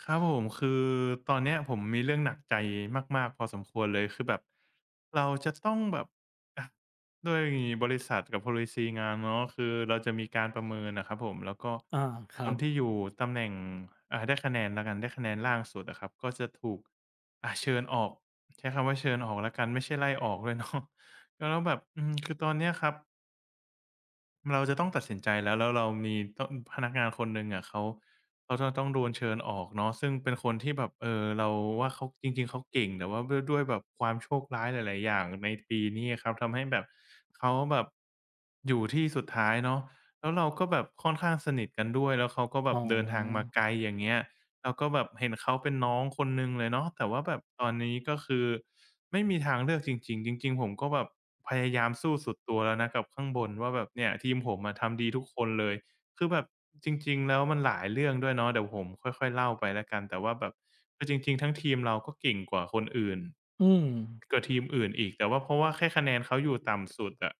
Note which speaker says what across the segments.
Speaker 1: ครับผมคือตอนเนี้ยผมมีเรื่องหนักใจมากๆพอสมควรเลยคือแบบเราจะต้องแบบอะด้วยบริษัทกับ policy งานเนาะคือเราจะมีการประเมินอะครับผมแล้วก็
Speaker 2: อาค
Speaker 1: ค
Speaker 2: รั
Speaker 1: น
Speaker 2: บ
Speaker 1: ที่อยู่ตำแหน่งได้คะแนนแล้วกันได้คะแนนล่างสุดอะครับก็จะถูกเชิญออกใช้คำว่าเชิญออกแล้วกันไม่ใช่ไล่ออกด้วยเนาะ แล้วแบบคือตอนเนี้ยครับ เราจะต้องตัดสินใจแล้วแล้วเรามีต้องพนักงานคนหนึ่งอะเขาจะต้องโดนเชิญออกเนาะซึ่งเป็นคนที่แบบเราว่าเขาจริงๆเขาเก่งแต่ว่าด้วยแบบความโชคร้ายหลายๆอย่างในปีนี้อะครับทำให้แบบเขาแบบอยู่ที่สุดท้ายเนาะแล้วเราก็แบบค่อนข้างสนิทกันด้วยแล้วเขาก็แบ
Speaker 2: อ๋
Speaker 1: บเดินทางมา
Speaker 2: อ
Speaker 1: ไกลอย่างเงี้ย เราก็แบบเห็นเขาเป็นน้องคนหนึ่งเลยเนาะแต่ว่าแบบตอนนี้ก็คือไม่มีทางเลือกจริงๆจริงๆผมก็แบบพยายามสู้สุดตัวแล้วนะกับข้างบนว่าแบบเนี่ยทีมผมอะทำดีทุกคนเลยคือแบบจริงๆแล้วมันหลายเรื่องด้วยเนาะเดี๋ยวผมค่อยๆเล่าไปแล้วกันแต่ว่าแบบคือจริงๆทั้งทีมเราก็เก่งกว่าคนอื่น
Speaker 2: อืม
Speaker 1: กว่าทีมอื่นอีกแต่ว่าเพราะว่าแค่คะแนนเขาอยู่ต่ำสุดอะ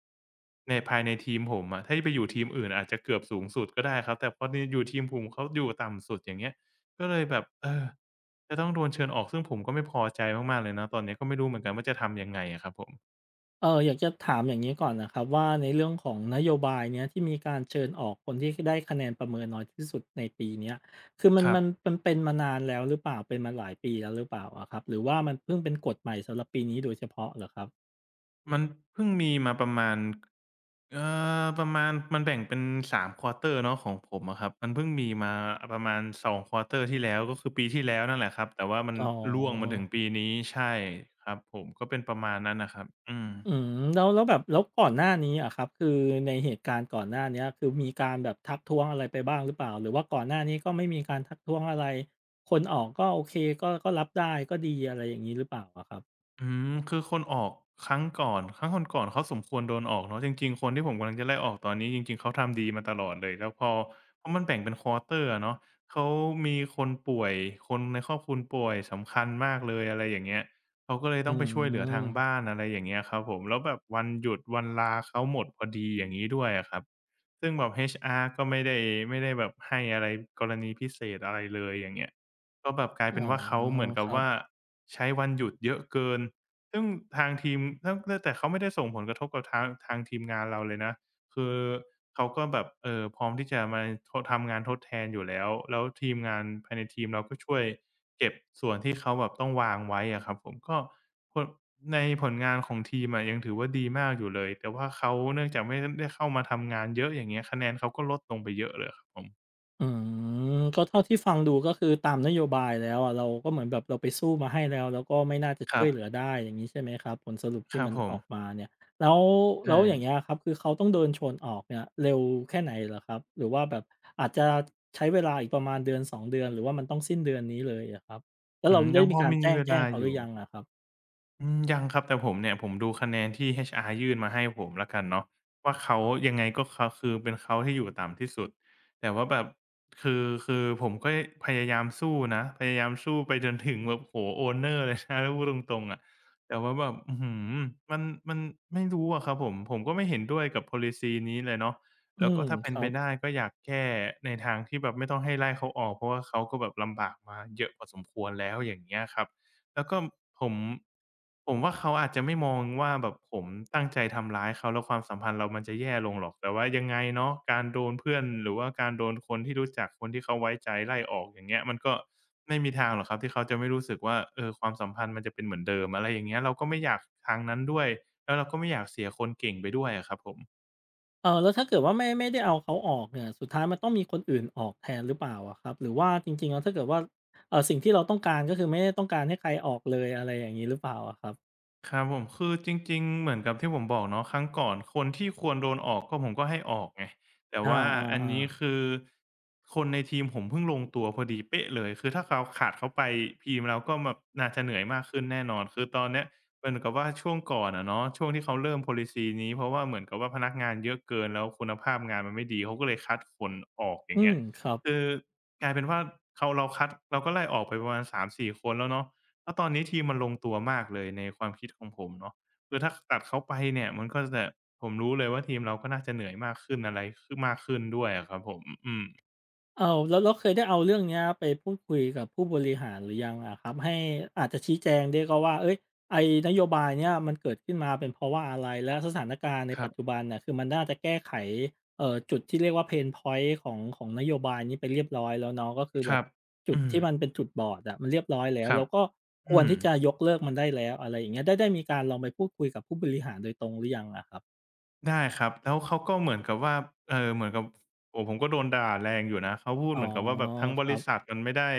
Speaker 1: ในภายในทีมผมอะถ้าไปอยู่ทีมอื่นอาจจะเกือบสูงสุดก็ได้ครับแต่พอดีอยู่ทีมผมเขาอยู่ต่ำสุดอย่างเงี้ย ก็เลยแบบจะต้องโดนเชิญออกซึ่งผมก็ไม่พอใจมากๆเลยนะตอนนี้ก็ไม่รู้เหมือนกันว่าจะทำยังไงอะครับผม
Speaker 2: อยากจะถามอย่างงี้ก่อนนะครับว่าในเรื่องของนโยบายเนี้ยที่มีการเชิญออกคนที่ได้คะแนนประเมินน้อยที่สุดในปีเนี้ยคือมั
Speaker 1: ค
Speaker 2: น
Speaker 1: รั
Speaker 2: มัน
Speaker 1: บ
Speaker 2: มันเป็นมานานแล้วหรือเปล่าเป็นมาหลายปีแล้วหรือเปล่าอะครับหรือว่ามันเพิ่งเป็นกฎใหม่สำหรับปีนี้โดยเฉพาะเหรอครับ
Speaker 1: มันเพิ่งมีมาประมาณเอ่ประมาณมันแบ่งเป็นสามควอ อร์เนาะของผมอะครับมันเพิ่งมีมาประมาณสองควอเตอร์ที่แล้วก็คือปีที่แล้วนั่นแหละครับแต่ว่ามัน
Speaker 2: อ๋อ
Speaker 1: ร่วงมาถึงปีนี้ใช่ครับผมก็เป็นประมาณนั้นน่ะครับอืม
Speaker 2: แล้วแบบแล้วก่อนหน้านี้อะครับคือในเหตุการณ์ก่อนหน้าเนี้ยคือมีการแบบทักท้วงอะไรไปบ้างหรือเปล่าหรือว่าก่อนหน้านี้ก็ไม่มีการทักท้วงอะไรคนออกก็โอเคก็รับได้ก็ดีอะไรอย่างงี้หรือเปล่าอะครับ
Speaker 1: อืมคือคนออกครั้งก่อนครั้งก่อนๆเขาสมควรโดนออกเนาะจริงๆคนที่ผมกำลังจะไล่ออกตอนนี้จริงๆเขาทำดีมาตลอดเลยแล้วพอเพราะมันแบ่งเป็น quarter อะเนาะเขามีคนป่วยคนในครอบครัวป่วยสำคัญมากเลยอะไรอย่างเงี้ยเขาก็เลย
Speaker 2: อื
Speaker 1: ต้องไปช่วยเหลือทางบ้า
Speaker 2: ม
Speaker 1: นอะไรอย่างเงี้ยครับผมแล้วแบบวันหยุดวันลาเขาหมดพอดีอย่างงี้ด้วยอะครับซึ่งแบบ HR ก็ไม่ได้แบบให้อะไรกรณีพิเศษอะไรเลยอย่างเงี้ยก็แบบกลาย
Speaker 2: อ๋
Speaker 1: เป็
Speaker 2: อ
Speaker 1: นว่าเขาเหมือน
Speaker 2: ค
Speaker 1: กับ
Speaker 2: รับ
Speaker 1: ว่า ใช้วันหยุดเยอะเกิน ซึ่งทางทีมแล้วแล้วแต่เขาไม่ได้ส่งผลกระทบกับทางทีมงานเราเลยนะ คือเขาก็แบบพร้อมที่จะมาทำงานทดแทนอยู่แล้วแล้วทีมงานภายในทีมเราก็ช่วยเก็บส่วนที่เขาแบบต้องวางไว้อะครับผมก็ผลในผลงานของทีมอะยังถือว่าดีมากอยู่เลยแต่ว่าเขาเนื่องจากไม่ได้เข้ามาทำงานเยอะอย่างเงี้ยคะแนนเขาก็ลดลงไปเยอะเลยอะครับผม
Speaker 2: อืก็เท่าที่ฟังดูก็คือตามนโยบายแล้วอะเราก็เหมือนแบบเราไปสู้มาให้แล้วแล้วก็ไม่น่าจะ
Speaker 1: ค
Speaker 2: ช่
Speaker 1: รั
Speaker 2: วย
Speaker 1: บ
Speaker 2: เหลือได้อย่างนี้ใช่ไหมครับผลสรุป
Speaker 1: ค
Speaker 2: ที่
Speaker 1: รับ
Speaker 2: มัน
Speaker 1: ผ
Speaker 2: อ
Speaker 1: ม
Speaker 2: อกมาเนี่ยแล้วแล้
Speaker 1: ใช่
Speaker 2: วอย่างเงี้ยครับคือเขาต้องโดนโชนออกเนี่ยเร็วแค่ไหนเหรอครับหรือว่าแบบอาจจะใช้เวลาอีกประมาณเดือนสอ2เดือนหรือว่ามันต้องสิ้นเดือนนี้เลยอะครับแล้ว
Speaker 1: อื
Speaker 2: เรา
Speaker 1: ม
Speaker 2: ได้
Speaker 1: ยังพ
Speaker 2: มี
Speaker 1: อ
Speaker 2: การ
Speaker 1: มี
Speaker 2: แจ้ง
Speaker 1: เว
Speaker 2: แจ้
Speaker 1: ลา
Speaker 2: งเขา
Speaker 1: อ
Speaker 2: หรื
Speaker 1: ยู่
Speaker 2: อยังอะครับ
Speaker 1: อืมยังครับแต่ผมเนี่ยผมดูคะแนนที่ HR ยื่นมาให้ผมแล้วกันเนาะว่าเขายังไงก็เขาคือเป็นเขาที่อยู่ต่ำที่สุดแต่ว่าแบบคือผมก็พยายามสู้นะพยายามสู้ไปจนถึงแบบโอ้โฮ Owner เลยนะถ้าพูดตรงๆอะแต่ว่าแบบอื้อฮือมันมันไม่รู้อะครับผมผมก็ไม่เห็นด้วยกับ policy นี้เลยเนาะ
Speaker 2: อื
Speaker 1: แล้วก็
Speaker 2: ม
Speaker 1: ถ้า
Speaker 2: ค
Speaker 1: เป็น
Speaker 2: รั
Speaker 1: ไป
Speaker 2: บ
Speaker 1: ได้ก็อยากแก้ในทางที่แบบไม่ต้องให้ไล่เขาออกเพราะว่าเขาก็แบบลำบากมาเยอะพอสมควรแล้วอย่างเงี้ยครับ แล้วก็ผมผมว่าเขาอาจจะไม่มองว่าแบบผมตั้งใจทำร้ายเขาแล้วความสัมพันธ์เรามันจะแย่ลงหรอกแต่ว่ายังไงเนาะการโดนเพื่อนหรือว่าการโดนคนที่รู้จักคนที่เขาไว้ใจไล่ออกอย่างเงี้ยมันก็ไม่มีทางหรอกครับที่เขาจะไม่รู้สึกว่าเออความสัมพันธ์มันจะเป็นเหมือนเดิมอะไรอย่างเงี้ยเราก็ไม่อยากทางนั้นด้วยแล้วเราก็ไม่อยากเสียคนเก่งไปด้วยอะครับผม
Speaker 2: เออแล้วถ้าเกิดว่าไม่ได้เอาเขาออกเนี่ยสุดท้ายมันต้องมีคนอื่นออกแทนหรือเปล่าอะครับหรือว่าจริงๆแล้วถ้าเกิดว่าเออสิ่งที่เราต้องการก็คือไม่ได้ต้องการให้ใครออกเลยอะไรอย่างนี้หรือเปล่าอะครับ
Speaker 1: ครับผมคือจริงๆเหมือนกับที่ผมบอกเนาะครั้งก่อนคนที่ควรโดนออกก็ผมก็ให้ออกไงแต่
Speaker 2: อา
Speaker 1: ว่า
Speaker 2: อ่า
Speaker 1: อัน
Speaker 2: อา
Speaker 1: นี้คือคนในทีมผมเพิ่งลงตัวพอดีเป๊ะเลยคือถ้าเราขาดเขาไปทีมเราก็แบบน่าจะเหนื่อยมากขึ้นแน่นอนคือตอนเนี้ยเหมือนกับว่าช่วงก่อนอะเนาะช่วงที่เขาเริ่ม Policy นี้เพราะว่าเหมือนกับว่าพนักงานเยอะเกินแล้วคุณภาพงานมันไม่ดีเขาก็เลยคัดคนออกอย่างเงี้ย
Speaker 2: ครับ
Speaker 1: คือกลายเป็นว่าเราคัดเราก็ไล่ออกไปประมาณสามสี่คนแล้วเนาะ แล้วตอนนี้ทีมมันลงตัวมากเลยในความคิดของผมเนาะคือถ้าตัดเขาไปเนี่ยมันก็จะผมรู้เลยว่าทีมเราก็น่าจะเหนื่อยมากขึ้นอะไรขึ้นมากขึ้นด้วยอะครับผมอืม
Speaker 2: เออแล้วเคยได้เอาเรื่องเนี้ยไปพูดคุยกับผู้บริหารหรือยังอะครับให้อาจจะชี้แจงได้ก็ว่าเอ้ยไอ้นโยบายเนี้ยมันเกิดขึ้นมาเป็นเพราะว่าอะไรและสถานการณ์ใน
Speaker 1: ครั
Speaker 2: ปัจจุ
Speaker 1: บ
Speaker 2: บันเน่ยคือมันน่าจะแก้ไขจุดที่เรียกว่าเพน p อยต์ของนโยบายนี้ไปเรียบร้อยแล้วเนาะก็คือ
Speaker 1: ค
Speaker 2: แบบ
Speaker 1: รับ
Speaker 2: จุด
Speaker 1: อืม
Speaker 2: ที่มันเป็นจุดบอดอะมันเรียบร้อยแล้
Speaker 1: ค
Speaker 2: ว
Speaker 1: รับ
Speaker 2: แล้วก็ค
Speaker 1: อื
Speaker 2: วร
Speaker 1: ม
Speaker 2: ที่จะยกเลิกมันได้แล้วอะไรอย่างเงี้ยได้มีการลองไปพูดคุยกับผู้บริหารโดยตรงหรือยังอะครับ
Speaker 1: ได้ครับแล้วเขาก็เหมือนกับว่าเหมือนกับโอ้โฮผมก็โดนด่าแรงอยู่นะเขาพูด
Speaker 2: อ๋อ
Speaker 1: เหมือนกับว่าแบบทั้ง
Speaker 2: ค
Speaker 1: บ
Speaker 2: รั
Speaker 1: ริษั
Speaker 2: บ
Speaker 1: ทมันไม่ได้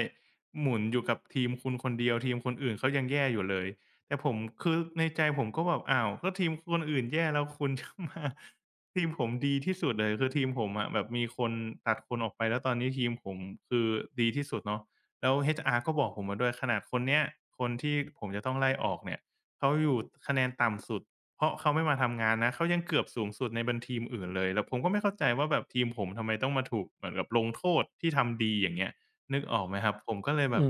Speaker 1: หมุนอยู่กับทีมคุณคนเดียวทีมคนอื่นเขายังแย่อยู่เลยแต่ผมคือในใจผมก็แบบอ้าวก็ทีมคนอื่นแย่แล้วคุณจะมา ทีมผมดีที่สุดเลยคือทีมผมอะแบบมีคนตัดคนออกไปแล้วตอนนี้ทีมผมคือดีที่สุดเนาะแล้ว HR ก็บอกผมมาด้วยขนาดคนเนี้ยคนที่ผมจะต้องไล่ออกเนี่ยเขาอยู่คะแนนต่ำสุด เพราะเขาไม่มาทำงานนะเขายังเกือบสูงสุดในบันทีมอื่นเลยแล้วผมก็ไม่เข้าใจว่าแบบทีมผมทำไมต้องมาถูกเหมือนกับลงโทษที่ทำดีอย่างเงี้ยนึกออกไหมครับผมก็เลยแบ
Speaker 2: อื
Speaker 1: บ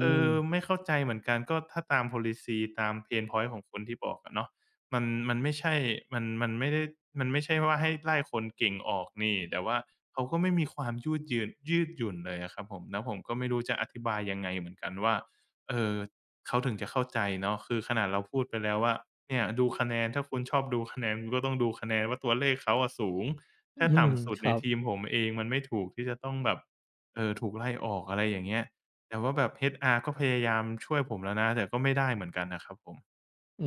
Speaker 1: เออไม่
Speaker 2: ม
Speaker 1: เข้าใจเหมือนกันก็ถ้าตาม policy ตาม Pain point ของคนที่บอกอะเนาะมันมันไม่ใช่มันไม่ได้มันไม่ใช่ว่าให้ไล่คนเก่งออกนี่แต่ว่าเขาก็ไม่มีความยืดหยุ่นเลยอะครับผมแล้วผมก็ไม่รู้จะอธิบายยังไงเหมือนกันว่าเอ่อเขาถึงจะเข้าใจเนาะคือขนาดเราพูดไปแล้วว่า เนี่ยดูคะแนนถ้าคุณชอบดูคะแนนคุณก็ต้องดูคะแนนว่าตัวเลขเขาอะสูงถ้า
Speaker 2: อืม
Speaker 1: ต่ำสุด
Speaker 2: ค
Speaker 1: ใน
Speaker 2: รับ
Speaker 1: ทีมผมเองมันไม่ถูกที่จะต้องแบบถูกไล่ออกอะไรอย่างเงี้ยแต่ว่าแบบ HR ก็พยายามช่วยผมแล้วนะแต่ก็ไม่ได้เหมือนกันนะครับผม
Speaker 2: อื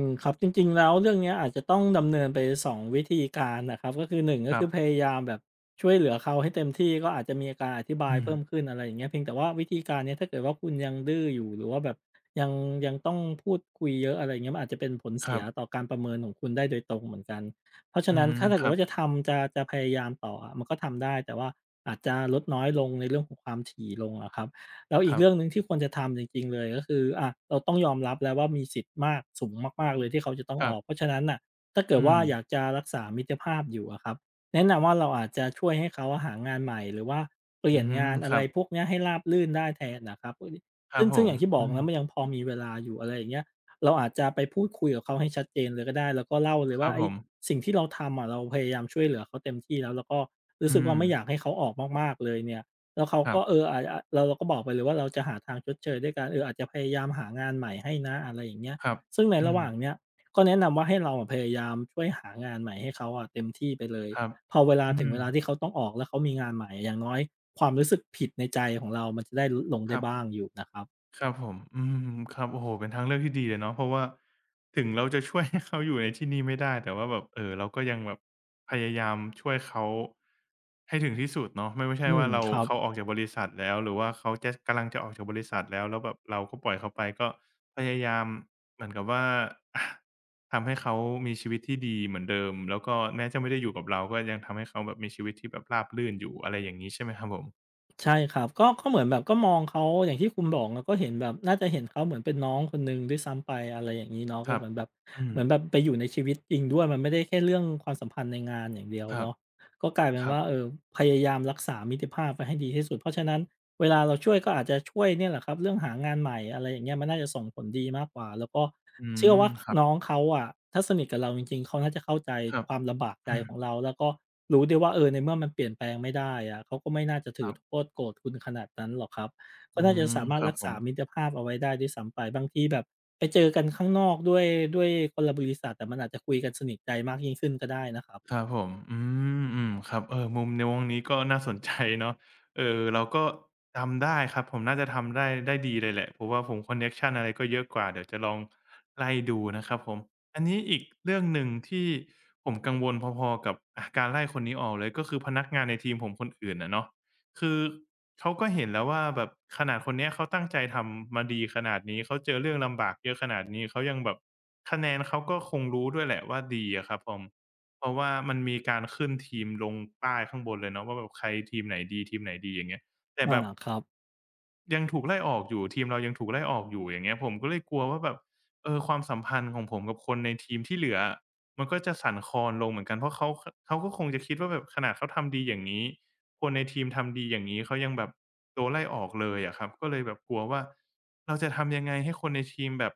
Speaker 2: ครับจริงๆแล้วเรื่องเนี้ยอาจจะต้องดำเนินไปสองวิธีการนะครับก็คือหนึ่งก็
Speaker 1: ครั
Speaker 2: คือพ
Speaker 1: บ
Speaker 2: ยายามแบบช่วยเหลือเขาให้เต็มที่ก็อาจจะมีการอธิบาย
Speaker 1: อืม
Speaker 2: เพิ่มขึ้นอะไรอย่างเงี้ยเพียงแต่ว่าวิธีการเนี้ยถ้าเกิดว่าคุณยังดื้ออยู่หรือว่าแบบยังยังต้องพูดคุยเยอะอะไรอย่างเงี้ยมันอาจจะเป็นผล
Speaker 1: ค
Speaker 2: เสี
Speaker 1: รั
Speaker 2: ย
Speaker 1: บ
Speaker 2: ต่อการประเมินของคุณได้โดยตรงเหมือนกันเพราะฉะ
Speaker 1: อื
Speaker 2: นั้น
Speaker 1: ม
Speaker 2: ถ้า
Speaker 1: ค
Speaker 2: เกิด
Speaker 1: รับ
Speaker 2: ว่าจะทำจะพยายามต่ออะมันก็ทำได้แต่ว่าอาจจะลดน้อยลงในเรื่องของความถี่ลงอะครับ แล้ว
Speaker 1: ค
Speaker 2: อีก
Speaker 1: รับ
Speaker 2: เรื่องหนึ่งที่ควรจะทำจริงๆเลยก็คืออะเราต้องยอมรับแล้วว่ามีสิทธิ์มากสูงมากๆเลยที่เขาจะต้อง
Speaker 1: ค
Speaker 2: อ
Speaker 1: รั
Speaker 2: อ
Speaker 1: บ
Speaker 2: กเพราะฉะนั้นน่ะถ้าเกิด
Speaker 1: อื
Speaker 2: ว่า
Speaker 1: ม
Speaker 2: อยากจะรักษามิตรภาพอยู่อะครับแนะนำว่าเราอาจจะช่วยให้เขาหางานใหม่หรือว่าเป
Speaker 1: อื
Speaker 2: ลี่ยน
Speaker 1: ม
Speaker 2: งาน
Speaker 1: ค
Speaker 2: อะ
Speaker 1: รั
Speaker 2: ไร
Speaker 1: บ
Speaker 2: พวกเนี้ยให้ราบรื่นได้แทนน่ะครับ
Speaker 1: ครั
Speaker 2: ซึ่
Speaker 1: บ
Speaker 2: ง
Speaker 1: ผ
Speaker 2: ซึ่ง
Speaker 1: ม
Speaker 2: อย่างที่บอ
Speaker 1: อื
Speaker 2: ก
Speaker 1: ม
Speaker 2: นะมันยังพอมีเวลาอยู่อะไรอย่างเงี้ยเราอาจจะไปพูดคุยกับเขาให้ชัดเจนเลยก็ได้แล้วก็เล่าเลย
Speaker 1: ครั
Speaker 2: ว่า
Speaker 1: บผ
Speaker 2: ไอ้
Speaker 1: ม
Speaker 2: สิ่งที่เราทำอะเราพยายามช่วยเหลือเขาเต็มที่แล้วแล้วก็รู้สึ
Speaker 1: อื
Speaker 2: กว่า
Speaker 1: ม
Speaker 2: ไม่อยากให้เขาออกมากๆเลยเนี่ย แล้วเขา
Speaker 1: ครั
Speaker 2: ก็เอ
Speaker 1: บ
Speaker 2: ออาจเราก็บอกไปเลยว่าเราจะหาทางชดเชยด้วยการเอออาจจะพยายามหางานใหม่ให้นะอะไรอย่างเงี้ย
Speaker 1: ครับ
Speaker 2: ซึ่งใน
Speaker 1: อื
Speaker 2: ระห
Speaker 1: ม
Speaker 2: ว่างเนี้ยก็แนะนำว่าให้เราอะพยายามช่วยหางานใหม่ให้เขาอะเต็มที่ไปเลย
Speaker 1: ครับ
Speaker 2: พอเวลา
Speaker 1: อื
Speaker 2: ถึง
Speaker 1: ม
Speaker 2: เวลาที่เขาต้องออกแล้วเขามีงานใหม่อย่างน้อยความรู้สึกผิดในใจของเรามันจะได้ลดลง
Speaker 1: ค
Speaker 2: ได้
Speaker 1: รับ
Speaker 2: บ้างอยู่นะครับ
Speaker 1: ครับผมอืมครับโอ้โฮเป็นทางเลือกที่ดีเลยเนาะเพราะว่าถึงเราจะช่วย ให้เขาอยู่ในที่นี่ไม่ได้แต่ว่าแบบเราก็ยังแบบพยายามช่วยเขาให้ถึงที่สุดเนาะไม่ใช่ว่าเรา
Speaker 2: ครับ
Speaker 1: เขาออกจากบริษัทแล้วหรือว่าเขาจะกำลังจะออกจากบริษัทแล้วแล้วแบบเราก็ปล่อยเขาไปก็พยายามเหมือนกับว่า อะทำให้เขามีชีวิตที่ดีเหมือนเดิมแล้วก็แม้จะไม่ได้อยู่กับเราก็ยังทำให้เขาแบบมีชีวิตที่แบบราบรื่นอยู่อะไรอย่างงี้ใช่ไหมครับผม
Speaker 2: ใช่ครับก็ก็เหมือนแบบก็มองเขาอย่างที่คุณบอกอะก็เห็นแบบน่าจะเห็นเขาเหมือนเป็นน้องคนหนึ่งด้วยซ้ำไปอะไรอย่างงี้เนาะ
Speaker 1: ค
Speaker 2: ก็
Speaker 1: รั
Speaker 2: เห
Speaker 1: บ
Speaker 2: มือนแบบ
Speaker 1: อืม
Speaker 2: เหมือนแบบไปอยู่ในชีวิตจริงด้วยมันไม่ได้แค่เรื่องความสัมพันธ์ในงานอย่างเดียว
Speaker 1: ครับ
Speaker 2: เนาะก็กลายเป็
Speaker 1: ค
Speaker 2: น
Speaker 1: รับ
Speaker 2: ว่าเออพยายามรักษามิตรภาพไว้ให้ดีที่สุดเพราะฉะนั้น เวลาเราช่วยก็อาจจะช่วยเนี่ยแหละครับเรื่องหางานใหม่อะไรอย่างเงี้ยมันน่าจะส่งผลดีมากกว่าแล้วก็
Speaker 1: อื
Speaker 2: เชื่อ
Speaker 1: ม
Speaker 2: ว่าค
Speaker 1: ครับ
Speaker 2: น้องเขาอะถ้าสนิทกับเราจริงๆเขาน่าจะเข้าใจ
Speaker 1: ครับ
Speaker 2: ความลำบากใจ
Speaker 1: อืม
Speaker 2: ของเราแล้วก็รู้ด้วยว่าเออในเมื่อมันเปลี่ยนแปลงไม่ได้อะเขาก็ไม่น่าจะ
Speaker 1: ค
Speaker 2: ถือ
Speaker 1: รับ
Speaker 2: โทษโกรธคุณขนาดนั้นหรอกครับก็
Speaker 1: อื
Speaker 2: น่าจะ
Speaker 1: ม
Speaker 2: สามาร
Speaker 1: ค
Speaker 2: ถ
Speaker 1: รับ
Speaker 2: รัก
Speaker 1: ผ
Speaker 2: ษา
Speaker 1: ม
Speaker 2: มิตรภาพเอาไว้ได้ด้วยซ้ำไปบางทีแบบไปเจอกันข้างนอกด้วยด้วยคนละบริษัทแต่มันอาจจะคุยกันสนิทใจมากยิ่งขึ้นก็ได้นะครับ
Speaker 1: ครับผมอืมอืมครับเออมุมในวงนี้ก็น่าสนใจเนาะเออเราก็ทำได้ครับผมน่าจะทำได้ได้ดีเลยแหละเพราะว่าผมคอนเน็กชันอะไรก็เยอะกว่าเดี๋ยวจะลองไล่ดูนะครับผมอันนี้อีกเรื่องหนึ่งที่ผมกังวลพอๆกับอาการไล่คนนี้ออกเลยก็คือพนักงานในทีมผมคนอื่นอะเนาะคือเขาก็เห็นแล้วว่าแบบขนาดคนเนี้ยเขาตั้งใจทำมาดีขนาดนี้เขาเจอเรื่องลำบากเยอะขนาดนี้เขายังแบบคะแนนเขาก็คงรู้ด้วยแหละว่าดีอะครับผม เพราะว่ามันมีการขึ้นทีมลงป้ายข้างบนเลยเนาะว่าแบบใครทีมไหนดีทีมไหนดีอย่างเงี้ยแต่
Speaker 2: อา
Speaker 1: แบบ
Speaker 2: ครับ
Speaker 1: ยังถูกไล่ออกอยู่ทีมเรายังถูกไล่ออกอยู่อย่างเงี้ยผมก็เลยกลัวว่าแบบเออความสัมพันธ์ของผมกับคนในทีมที่เหลืออะมันก็จะสั่นคลอนลงเหมือนกันเพราะเขาก็คงจะคิดว่าแบบขนาดเขาทำดีอย่างงี้คนในทีมทำดีอย่างงี้เขายังแบบโดนไล่ออกเลยอะครับก็เลยแบบกลัวว่าเราจะทำยังไงให้คนในทีมแบบ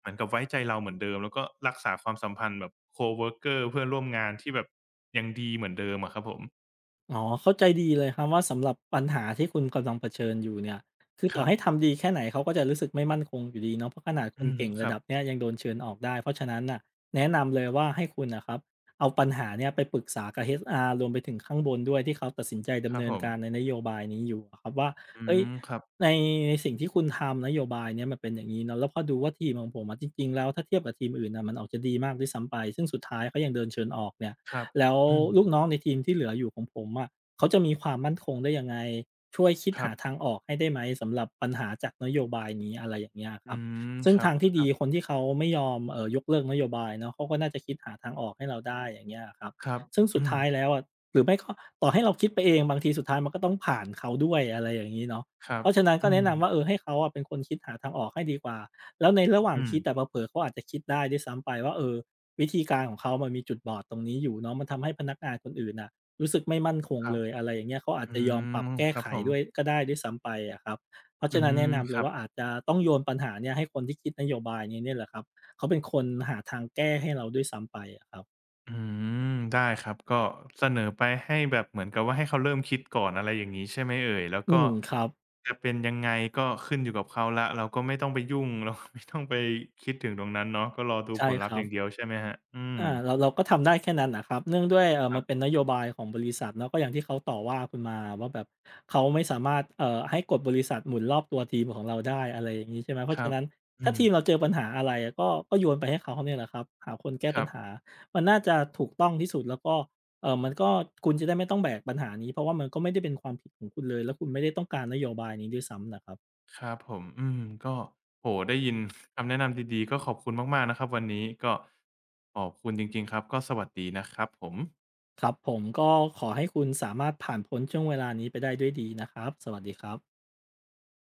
Speaker 1: เหมือนกับไว้ใจเราเหมือนเดิมแล้วก็รักษาความสัมพันธ์แบบ coworker เพื่อนร่วมงานที่แบบยังดีเหมือนเดิมอะครับผม
Speaker 2: อ๋อเข้าใจดีเลยครับว่าสำหรับปัญหาที่คุณกำลังเผชิญอยู่เนี่ยคือ
Speaker 1: ค
Speaker 2: ต่อ
Speaker 1: รับ
Speaker 2: ให้ทำดีแค่ไหนเขาก็จะรู้สึกไม่มั่นคงอยู่ดีเนาะเพราะขนาดค
Speaker 1: อื
Speaker 2: น
Speaker 1: ม
Speaker 2: เก่ง
Speaker 1: ค
Speaker 2: ระ
Speaker 1: รับ
Speaker 2: ดับเนี้ยยังโดนเชิญออกได้เพราะฉะนั้นน่ะแนะนำเลยว่าให้คุณนะครับเอาปัญหาเนี่ยไปปรึกษากับ HR รวมไปถึงข้างบนด้วยที่เขาตัดสินใจ
Speaker 1: ค
Speaker 2: ดำ
Speaker 1: รับ
Speaker 2: เนิ
Speaker 1: ผ
Speaker 2: น
Speaker 1: ม
Speaker 2: การในนโยบายนี้อยู่อะครับว่า
Speaker 1: อื
Speaker 2: เฮ้ย
Speaker 1: มครับ
Speaker 2: ในในสิ่งที่คุณทำนโยบายเนี้ยมันเป็นอย่างงี้เนาะแล้วพอดูว่าทีมของผมอะจริงๆแล้วถ้าเทียบกับทีมอื่นน่ะมันออกจะดีมากด้วยซ้ำไปซึ่งสุดท้ายเขายังโดนเชิญออกเนี่ย
Speaker 1: ครับ
Speaker 2: แล้ว
Speaker 1: อืม
Speaker 2: ลูกน้องในทีมที่เหลืออยู่ของผมอะเขาจะมีความมั่นคงได้ยังไงช่วยคิด
Speaker 1: ครั
Speaker 2: หาทา
Speaker 1: บ
Speaker 2: งออกให้ได้ไหมสำหรับปัญหาจากนโยบายนี้อะไรอย่างเงี้ยค
Speaker 1: อื
Speaker 2: รับ
Speaker 1: ม
Speaker 2: ซึ่ง
Speaker 1: ครับ
Speaker 2: ทางที่
Speaker 1: ครั
Speaker 2: ดี
Speaker 1: บ
Speaker 2: คนที่เขาไม่ยอมยกเลิกนโยบายเนาะเขาก็น่าจะคิดหาทางออกให้เราได้อย่างเงี้ยครับ
Speaker 1: ครับ
Speaker 2: ซึ่งสุด
Speaker 1: อื
Speaker 2: ท้าย
Speaker 1: ม
Speaker 2: แล้วอะหรือไม่ก็ต่อให้เราคิดไปเองบางทีสุดท้ายมันก็ต้องผ่านเขาด้วยอะไรอย่างนี้เนาะ
Speaker 1: ครั
Speaker 2: เพ
Speaker 1: บ
Speaker 2: ราะฉะนั้นก็
Speaker 1: อื
Speaker 2: แนะนำว่า
Speaker 1: ม
Speaker 2: เออให้เขาอะเป็นคนคิดหาทางออกให้ดีกว่าแล้วในระหว่าง
Speaker 1: อื
Speaker 2: คิดอ
Speaker 1: ม
Speaker 2: เผลอๆเขาอาจจะคิดได้ด้วยซ้ำไปว่าเออ วิธีการของเขามันมีจุดบอดตรงนี้อยู่เนาะมันทำให้พนักงานคนอื่นน่ะ รู้สึกไม่มั่นคง
Speaker 1: ครั
Speaker 2: เล
Speaker 1: บ
Speaker 2: ยอะไรอย่างเงี้ยเขาอาจ
Speaker 1: อื
Speaker 2: จะยอมปรับ
Speaker 1: ม
Speaker 2: แก้
Speaker 1: ครับ
Speaker 2: ไข
Speaker 1: ผม
Speaker 2: ด้วยก็ได้ด้วยซ้ำไปอะครับเพราะ
Speaker 1: อื
Speaker 2: ฉะนั้นแนะ
Speaker 1: ม
Speaker 2: นำ
Speaker 1: ค
Speaker 2: เลย
Speaker 1: รับ
Speaker 2: ว่าอาจจะต้องโยนปัญหาเนี่ยให้คนที่คิดนโยบายนี้เนี่ยแหละครับ เขาเป็นคนหาทางแก้ให้เราด้วยซ้ำไปอะครับ
Speaker 1: อืมได้ครับก็เสนอไปให้แบบเหมือนกับว่าให้เขาเริ่มคิดก่อนอะไรอย่างงี้ใช่ไหมเอ่ยแล้ว
Speaker 2: อื
Speaker 1: ก็
Speaker 2: มครับ
Speaker 1: จะเป็นยังไงก็ขึ้นอยู่กับเขาแล้วเราก็ไม่ต้องไปยุ่ง เราก็ไม่ต้องไปคิดถึงตรงนั้นเนาะก็รอดูผ
Speaker 2: ใช่
Speaker 1: ล
Speaker 2: ค
Speaker 1: ลัพธ์
Speaker 2: รั
Speaker 1: อ
Speaker 2: บ
Speaker 1: ย่างเดียวใช่ไหมครับอืม
Speaker 2: อาเราเราก็ทำได้แค่นั้นนะครับเนื่องด้วยเออ
Speaker 1: ค
Speaker 2: มั
Speaker 1: รั
Speaker 2: นเป็น
Speaker 1: บ
Speaker 2: นโยบายของบริษัทเนาะก็อย่างที่เขาต่อว่าคุณมาว่าแบบเขาไม่สามารถให้กฎบริษัทหมุนรอบตัวทีมของเราได้อะไรอย่างนี้ใช่ไหมเพ
Speaker 1: ค
Speaker 2: ราะ
Speaker 1: รั
Speaker 2: ฉะ
Speaker 1: บ
Speaker 2: นั้น
Speaker 1: อื
Speaker 2: ถ้า
Speaker 1: ม
Speaker 2: ทีมเราเจอปัญหาอะไรก็ก็โยนไปให้เขาเนี่ยแหละครับหาคนแก้
Speaker 1: ค
Speaker 2: ปั
Speaker 1: รั
Speaker 2: ญ
Speaker 1: บ
Speaker 2: หามันน่าจะถูกต้องที่สุดแล้วก็เออมันก็คุณจะได้ไม่ต้องแบกปัญหานี้เพราะว่ามันก็ไม่ได้เป็นความผิดของคุณเลยแล้วคุณไม่ได้ต้องการนโยบายนี้ด้วยซ้ำนะครับ
Speaker 1: ครับผม อืม ก็โอ้โฮได้ยิน คำแนะนำดีๆ ก็ขอบคุณมากๆ นะครับวันนี้ก็ขอบคุณจริงๆ ครับ ก็สวัสดีนะครับผม
Speaker 2: ครับผมก็ขอให้คุณสามารถผ่านพ้นช่วงเวลานี้ไปได้ด้วยดีนะครับสวัสดีครับ